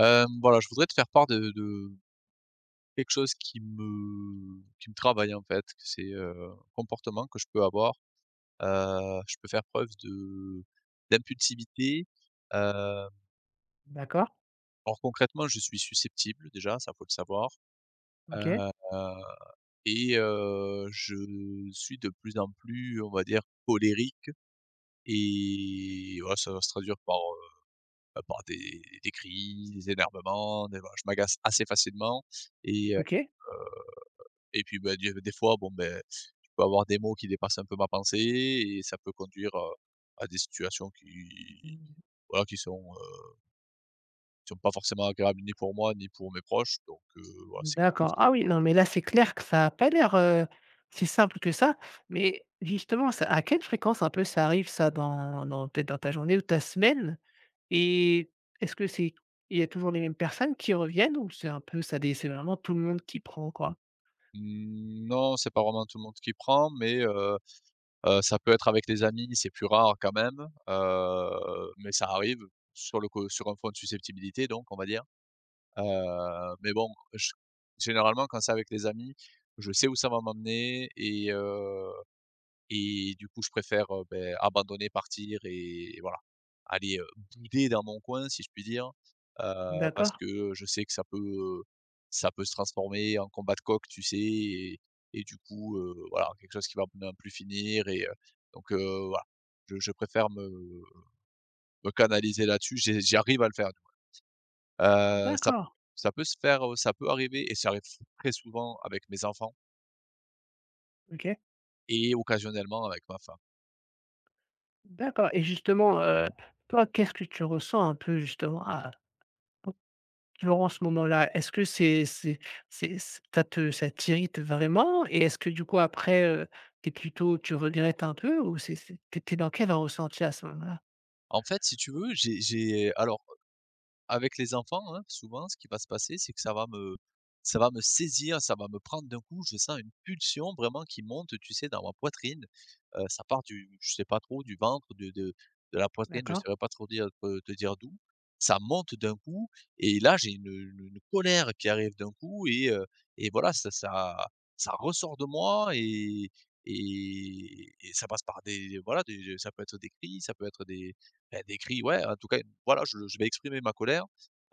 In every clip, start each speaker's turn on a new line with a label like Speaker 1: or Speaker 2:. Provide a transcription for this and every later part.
Speaker 1: Voilà, je voudrais te faire part de quelque chose qui me travaille, en fait. Que C'est, un comportement que je peux avoir. Je peux faire preuve de d'impulsivité. Heu,
Speaker 2: D'accord,
Speaker 1: alors concrètement, je suis susceptible déjà, ça faut le savoir.
Speaker 2: OK,
Speaker 1: Heu, je suis de plus en plus, on va dire, colérique et voilà, ça va se traduire par, bah, par des cris, des énervements, des voilà, je m'agace assez facilement et.
Speaker 2: OK.
Speaker 1: Et puis, bah, des fois, bon, ben je peux avoir des mots qui dépassent un peu ma pensée et ça peut conduire, à des situations qui voilà, qui sont pas forcément agréables ni pour moi, ni pour mes proches. Donc, voilà, c'est quelque chose
Speaker 2: D'accord.
Speaker 1: qui
Speaker 2: Ah oui, non, mais là, c'est clair que ça a pas l'air, si simple que ça. Mais justement, ça à quelle fréquence un peu ça arrive ça dans peut-être dans ta journée ou ta semaine? Et est-ce que c'est il y a toujours les mêmes personnes qui reviennent ou c'est un peu ça dé c'est vraiment tout le monde qui prend, quoi?
Speaker 1: mmh. Non, c'est pas vraiment tout le monde qui prend, mais, ça peut être avec les amis, c'est plus rare quand même, mais ça arrive sur le co sur un fond de susceptibilité donc, on va dire. Mais bon, je généralement quand c'est avec les amis, je sais où ça va m'emmener et. Et du coup, je préfère, beh, abandonner, partir et voilà, aller, bouder dans mon coin, si je puis dire, parce
Speaker 2: D'accord,
Speaker 1: que, je sais que ça peut se transformer en combat de coq, tu sais? Et du coup, voilà, quelque chose qui va ne plus finir donc voilà. Je préfère me canaliser là-dessus, j'arrive à le faire, du ça
Speaker 2: d'accord,
Speaker 1: ça peut se faire, ça peut arriver et ça arrive très souvent avec mes enfants
Speaker 2: OK,
Speaker 1: et occasionnellement avec ma femme.
Speaker 2: d'accord. Et justement, toi, qu'est-ce que tu ressens un peu justement? Durant ce moment-là, est-ce que c'est c ça te ça t'irrite vraiment? Et est-ce que du coup après, tu es plutôt tu regrettes un peu ou c'est t'es étais dans quel ressenti à ce moment-là?
Speaker 1: En fait, si tu veux, j'ai alors avec les enfants, hein, souvent ce qui va se passer, c'est que ça va me saisir, ça va me prendre d'un coup, je sens une pulsion vraiment qui monte, tu sais, dans ma poitrine. Ça part du je sais pas trop, du ventre, de de la poitrine, je ne
Speaker 2: D'accord,
Speaker 1: saurais pas trop dire te dire d'où. Ça monte d'un coup et là j'ai une colère qui arrive d'un coup et et voilà, ça ça ressort de moi et et ça passe par des voilà, des ça peut être des cris, ça peut être des, bah, des cris, ouais, en tout cas voilà, je vais exprimer ma colère.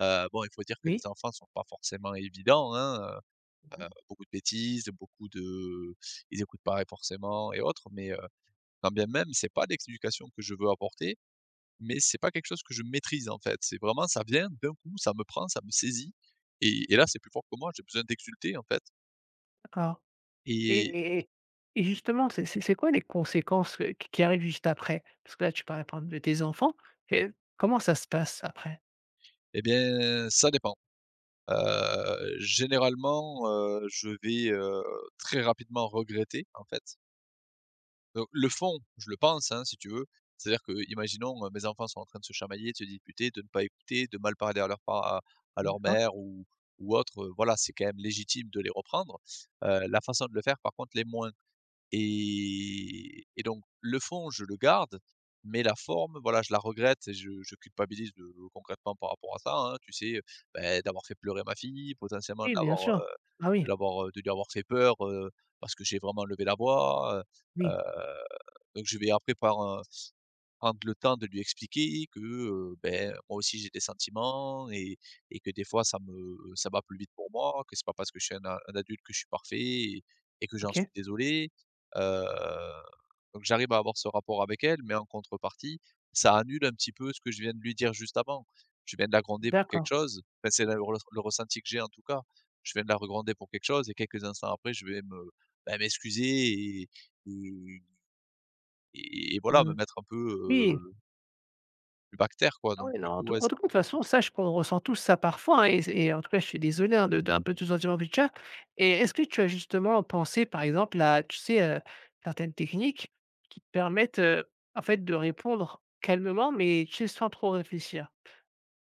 Speaker 1: Bon, il faut dire que les
Speaker 2: oui,
Speaker 1: enfants sont pas forcément évidents, hein,
Speaker 2: mmh
Speaker 1: beaucoup de bêtises, beaucoup de ils écoutent pas forcément et autres, mais quand bien même, c'est pas l'explication que je veux apporter, mais c'est pas quelque chose que je maîtrise, en fait. C'est vraiment ça vient d'un coup, ça me prend, ça me saisit et là, c'est plus fort que moi, j'ai besoin d'exulter, en fait
Speaker 2: d'accord et
Speaker 1: et
Speaker 2: et et et justement, c'est c'est quoi les conséquences, qui arrivent juste après? Parce que là, tu parlais par exemple de tes enfants et comment ça se passe après?
Speaker 1: et bien, ça dépend. Généralement, je vais, très rapidement regretter, en fait. Le fond, je le pense, hein, si tu veux. C'est-à-dire que, imaginons, mes enfants sont en train de se chamailler, de se disputer, de ne pas écouter, de mal parler à leur pa à leur
Speaker 2: D'accord.
Speaker 1: mère ou autre, voilà, c'est quand même légitime de les reprendre. La façon de le faire, par contre, les moins et donc le fond, je le garde, mais la forme, voilà, je la regrette et je culpabilise de concrètement par rapport à ça, hein, tu sais, d'avoir fait pleurer ma fille, potentiellement de
Speaker 2: Oui, bien
Speaker 1: l'avoir,
Speaker 2: sûr. Ah oui,
Speaker 1: de lui avoir fait peur, parce que j'ai vraiment levé la voix, heu,
Speaker 2: oui,
Speaker 1: donc je vais après par, prendre le temps de lui expliquer que, ben, moi aussi j'ai des sentiments et que des fois ça va plus vite pour moi, que c'est pas parce que je suis un adulte que je suis parfait et que j'en
Speaker 2: OK,
Speaker 1: suis désolé. Heu, donc j'arrive à avoir ce rapport avec elle, mais en contrepartie, ça annule un petit peu ce que je viens de lui dire juste avant. Je viens de la gronder pour quelque
Speaker 2: d'accord.
Speaker 1: chose, enfin c'est le ressenti que j'ai en tout cas. Je viens de la regronder pour quelque chose et quelques instants après je vais me, bah, m'excuser et et voilà, me
Speaker 2: Mmh.
Speaker 1: mettre un peu,
Speaker 2: Oui.
Speaker 1: plus bactère quoi,
Speaker 2: Ah
Speaker 1: donc
Speaker 2: oui, non,
Speaker 1: du coup, ouais,
Speaker 2: en
Speaker 1: ça
Speaker 2: tout cas, de toute façon, sache qu'on ressent tous ça parfois, hein, et en tout cas, je suis désolé, hein, de d'un peu de sentiment en picture. Et est-ce que tu as justement pensé, par exemple, à, tu sais, certaines techniques qui te permettent, en fait, de répondre calmement, mais tu sais, sans trop réfléchir?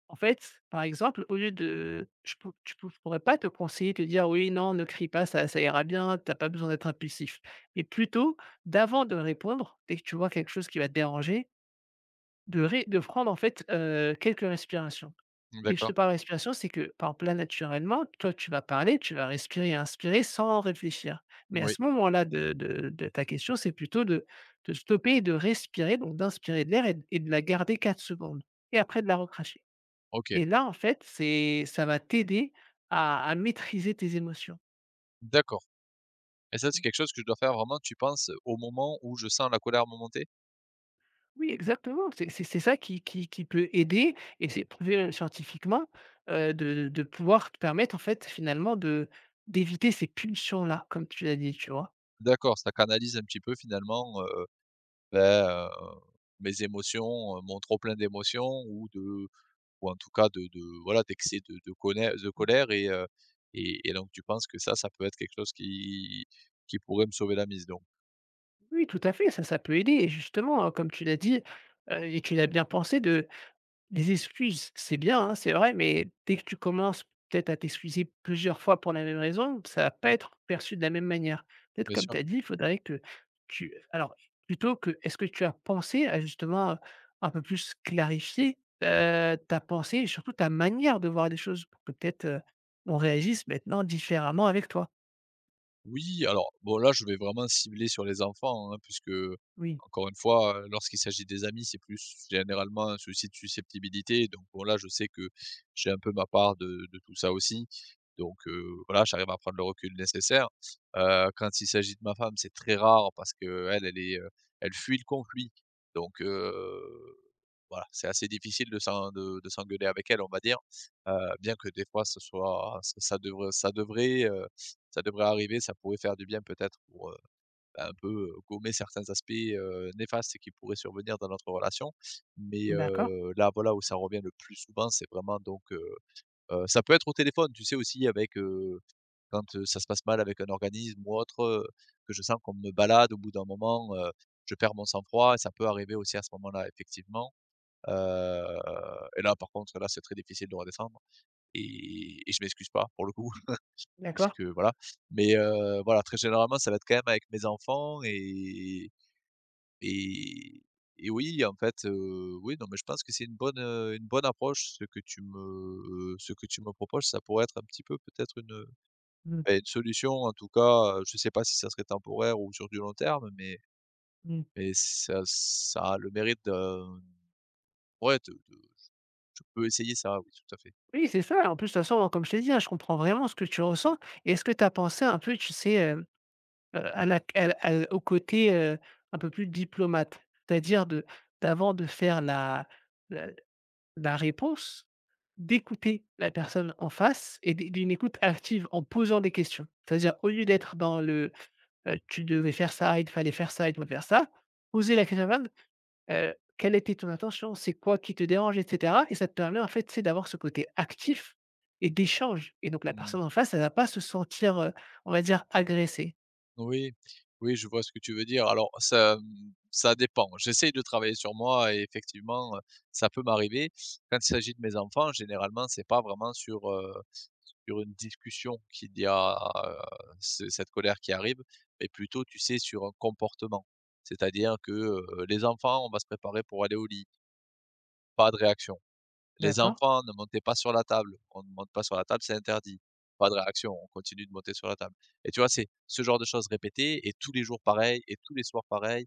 Speaker 2: En fait, par exemple, au lieu de je pourrais pas te conseiller, te dire: «Oui, non, ne crie pas, ça ça ira bien, t'as pas besoin d'être impulsif», mais plutôt, d'avant de répondre, dès que tu vois quelque chose qui va te déranger, de prendre, en fait, quelques respirations.
Speaker 1: mmh.
Speaker 2: Dès que je te
Speaker 1: D'accord.
Speaker 2: parle respiration, c'est que, par exemple, là, naturellement, toi, tu vas parler, tu vas respirer et inspirer sans réfléchir. Mais à
Speaker 1: Oui.
Speaker 2: ce moment-là de ta question, c'est plutôt de stopper et de respirer, donc d'inspirer de l'air et de la garder 4 secondes et après de la recracher.
Speaker 1: OK,
Speaker 2: Et là, en fait, c'est ça va t'aider à maîtriser tes émotions.
Speaker 1: d'accord, et ça, c'est quelque chose que je dois faire vraiment, tu penses, au moment où je sens la colère me monter?
Speaker 2: Oui, exactement. C'est ça qui peut aider et c'est prouvé scientifiquement, de pouvoir te permettre, en fait, finalement, de d'éviter ces pulsions-là, comme tu l'as dit, tu vois?
Speaker 1: D'accord, ça canalise un petit peu finalement, bah, heu, mes émotions, mon trop plein d'émotions ou de ou en tout cas de voilà, d'excès de colère et et donc tu penses que ça peut être quelque chose qui pourrait me sauver la mise donc?
Speaker 2: Oui, tout à fait, ça peut aider et justement, comme tu l'as dit, et tu l'as bien pensé de. Les excuses, c'est bien, hein, c'est vrai, mais dès que tu commences peut-être à t'excuser plusieurs fois pour la même raison, ça va pas être perçu de la même manière. Peut-être
Speaker 1: Bien
Speaker 2: comme
Speaker 1: sûr.
Speaker 2: tu as dit, il faudrait que tu alors plutôt que est-ce que tu as pensé à justement, un peu plus clarifier, ta pensée et surtout ta manière de voir les choses pour que peut-être, on réagisse maintenant différemment avec toi?
Speaker 1: Oui, alors bon là, je vais vraiment cibler sur les enfants, hein, puisque
Speaker 2: Oui,
Speaker 1: encore une fois, lorsqu'il s'agit des amis, c'est plus généralement un souci de susceptibilité. Donc bon là, je sais que j'ai un peu ma part de tout ça aussi. Donc voilà, j'arrive à prendre le recul nécessaire. Quand il s'agit de ma femme, c'est très rare parce que elle est, elle fuit le conflit. Donc voilà, c'est assez difficile de s'en de s'engueuler avec elle, on va dire. Heu, Bien que des fois ce soit ça devrait arriver, ça pourrait faire du bien peut-être pour, bah, un peu, gommer certains aspects, néfastes qui pourraient survenir dans notre relation. Mais,
Speaker 2: d'accord.
Speaker 1: là, voilà, où ça revient le plus souvent, c'est vraiment donc, ça peut être au téléphone, tu sais aussi avec, quand, ça se passe mal avec un organisme ou autre, que je sens qu'on me balade au bout d'un moment, je perds mon sang-froid et ça peut arriver aussi à ce moment-là, effectivement. Heu et là, par contre, là, c'est très difficile de redescendre et je m'excuse pas pour le coup,
Speaker 2: D'accord.
Speaker 1: puisque voilà. Mais voilà, très généralement, ça va être quand même avec mes enfants et et oui, en fait, oui, non, mais je pense que c'est une bonne approche ce que tu me proposes. Ça pourrait être un petit peu peut-être
Speaker 2: Mmh
Speaker 1: une solution en tout cas, je sais pas si ça serait temporaire ou sur du long terme,
Speaker 2: mh.
Speaker 1: mais ça ça a le mérite de ouais, de je peux essayer ça, oui, tout à fait.
Speaker 2: Oui, c'est ça. En plus, de toute façon, comme je t'ai dit, hein, je comprends vraiment ce que tu ressens. Et est-ce que tu as pensé un peu, tu sais, à la à au côté, un peu plus diplomate? C'est-à-dire de d'avant de faire la la réponse, d'écouter la personne en face et d'une écoute active en posant des questions. C'est-à-dire au lieu d'être dans le, «Tu devais faire ça, il fallait faire ça, il doit faire ça», poser la question quelle était ton intention? C'est quoi qui te dérange? Et cetera. Et ça te permet en fait, c'est d'avoir ce côté actif et d'échange et donc la
Speaker 1: Mmh.
Speaker 2: personne en face, elle va pas se sentir, on va dire, agressée.
Speaker 1: Oui, oui, je vois ce que tu veux dire. Alors ça, mmh, ça dépend. J'essaye de travailler sur moi et effectivement, ça peut m'arriver. Quand il s'agit de mes enfants, généralement, c'est pas vraiment sur, sur une discussion qu'il y a, heu, ce cette colère qui arrive, mais plutôt, tu sais, sur un comportement. C'est-à-dire que, les enfants, on va se préparer pour aller au lit, pas de réaction. Les
Speaker 2: D'accord,
Speaker 1: enfants ne montez pas sur la table, on ne monte pas sur la table, c'est interdit. Pas de réaction, on continue de monter sur la table. Et tu vois, c'est ce genre de choses répétées et tous les jours pareil et tous les soirs pareil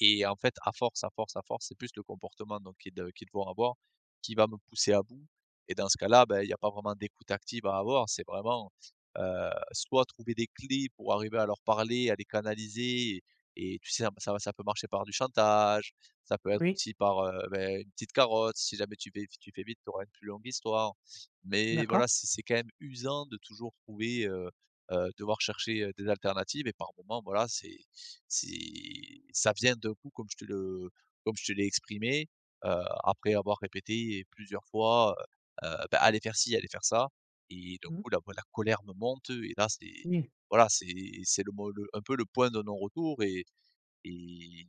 Speaker 1: et en fait, à force, c'est plus le comportement donc qu'ils vont avoir qui va me pousser à bout et dans ce cas-là, ben, il y a pas vraiment d'écoute active à avoir. C'est vraiment, soit trouver des clés pour arriver à leur parler, à les canaliser et tu sais, ça peut marcher par du chantage, ça peut être
Speaker 2: oui.
Speaker 1: aussi par, beh, une petite carotte. Si jamais tu fais vite, tu auras une plus longue histoire. Mais voilà,
Speaker 2: D'accord.
Speaker 1: c'est quand même usant de toujours trouver, devoir chercher, des alternatives et par moments, voilà, c'est ça vient d'un coup comme je te l'ai exprimé, heu, après avoir répété plusieurs fois, bah, «Allez faire ci, allez faire ça», et d'un
Speaker 2: Mmh.
Speaker 1: coup la colère me monte et là c'est
Speaker 2: Oui.
Speaker 1: voilà, c'est le un peu le point de non-retour et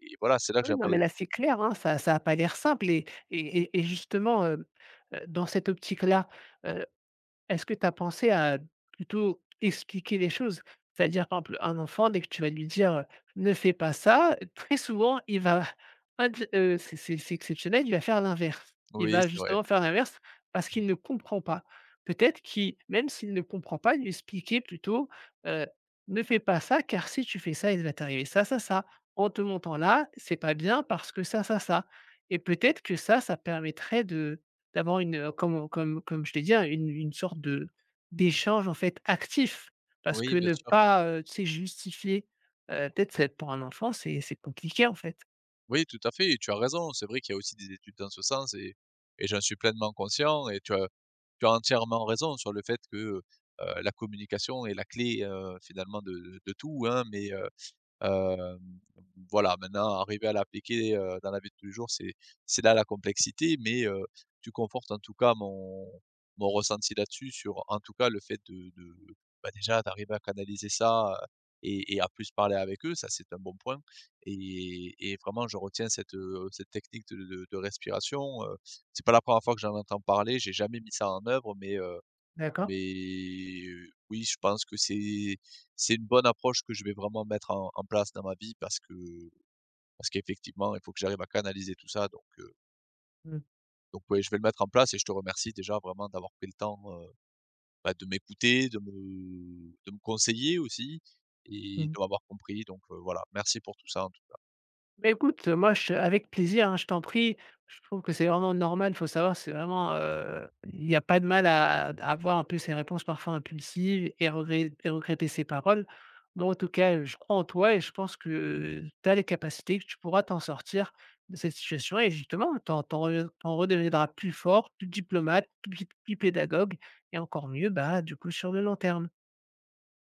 Speaker 1: et voilà, c'est là que
Speaker 2: Oui, non, mais
Speaker 1: j'aimerais
Speaker 2: là, c'est clair, hein, ça ça a pas l'air simple et justement, dans cette optique-là, euh, est-ce que tu as pensé à plutôt expliquer les choses? C'est-à-dire, par exemple, un enfant, dès que tu vas lui dire, «Ne fais pas ça», très souvent, il va int c'est c'est exceptionnel, il va faire l'inverse. Il
Speaker 1: oui,
Speaker 2: va
Speaker 1: c'est vrai.
Speaker 2: justement faire l'inverse parce
Speaker 1: Mmh.
Speaker 2: qu'il ne comprend pas. Peut-être qu'il même s'il ne comprend pas, lui expliquer plutôt, heu: «Ne fais pas ça car si tu fais ça, il va t'arriver ça, ça, ça. En te montant là, c'est pas bien parce que ça», et peut-être que ça permettrait de d'avoir une, comme comme je t'ai dit, hein, une sorte de d'échange, en fait, actif. Parce
Speaker 1: Oui,
Speaker 2: que
Speaker 1: bien
Speaker 2: ne
Speaker 1: sûr.
Speaker 2: pas, tu sais, justifier, peut-être c'est pour un enfant, c'est compliqué, en fait.
Speaker 1: Oui, tout à fait, tu as raison, c'est vrai qu'il y a aussi des études dans ce sens et j'en suis pleinement conscient et tu as entièrement raison sur le fait que, la communication est la clé, finalement de tout, hein, mais Hem, voilà, maintenant arriver à l'appliquer, dans la vie de tous les jours, c'est là la complexité, mais tu confortes en tout cas mon ressenti là-dessus sur en tout cas le fait de, bah, déjà d'arriver à canaliser ça, et à plus parler avec eux, ça c'est un bon point et vraiment je retiens cette, cette technique de respiration, c'est pas la première fois que j'en entends parler, j'ai jamais mis ça en œuvre mais
Speaker 2: D'accord?
Speaker 1: mais oui, je pense que c'est une bonne approche que je vais vraiment mettre en en place dans ma vie parce qu'effectivement, il faut que j'arrive à canaliser tout ça
Speaker 2: Mmh.
Speaker 1: donc ouais, je vais le mettre en place et je te remercie déjà vraiment d'avoir pris le temps, bah, de m'écouter, de me conseiller aussi et de m'avoir compris donc voilà, merci pour tout ça en tout
Speaker 2: Beh, écoute, moi je avec plaisir, hein, je t'en prie. Je trouve que c'est vraiment normal. Il faut savoir, c'est vraiment, il n'y a pas de mal à avoir un peu ces réponses parfois impulsives et regretter ses paroles. Donc, en tout cas, je crois en toi et je pense que tu as les capacités, que tu pourras t'en sortir de cette situation et justement, tu en redeviendras plus fort, plus diplomate, plus pédagogue et encore mieux, bah, du coup, sur le long terme.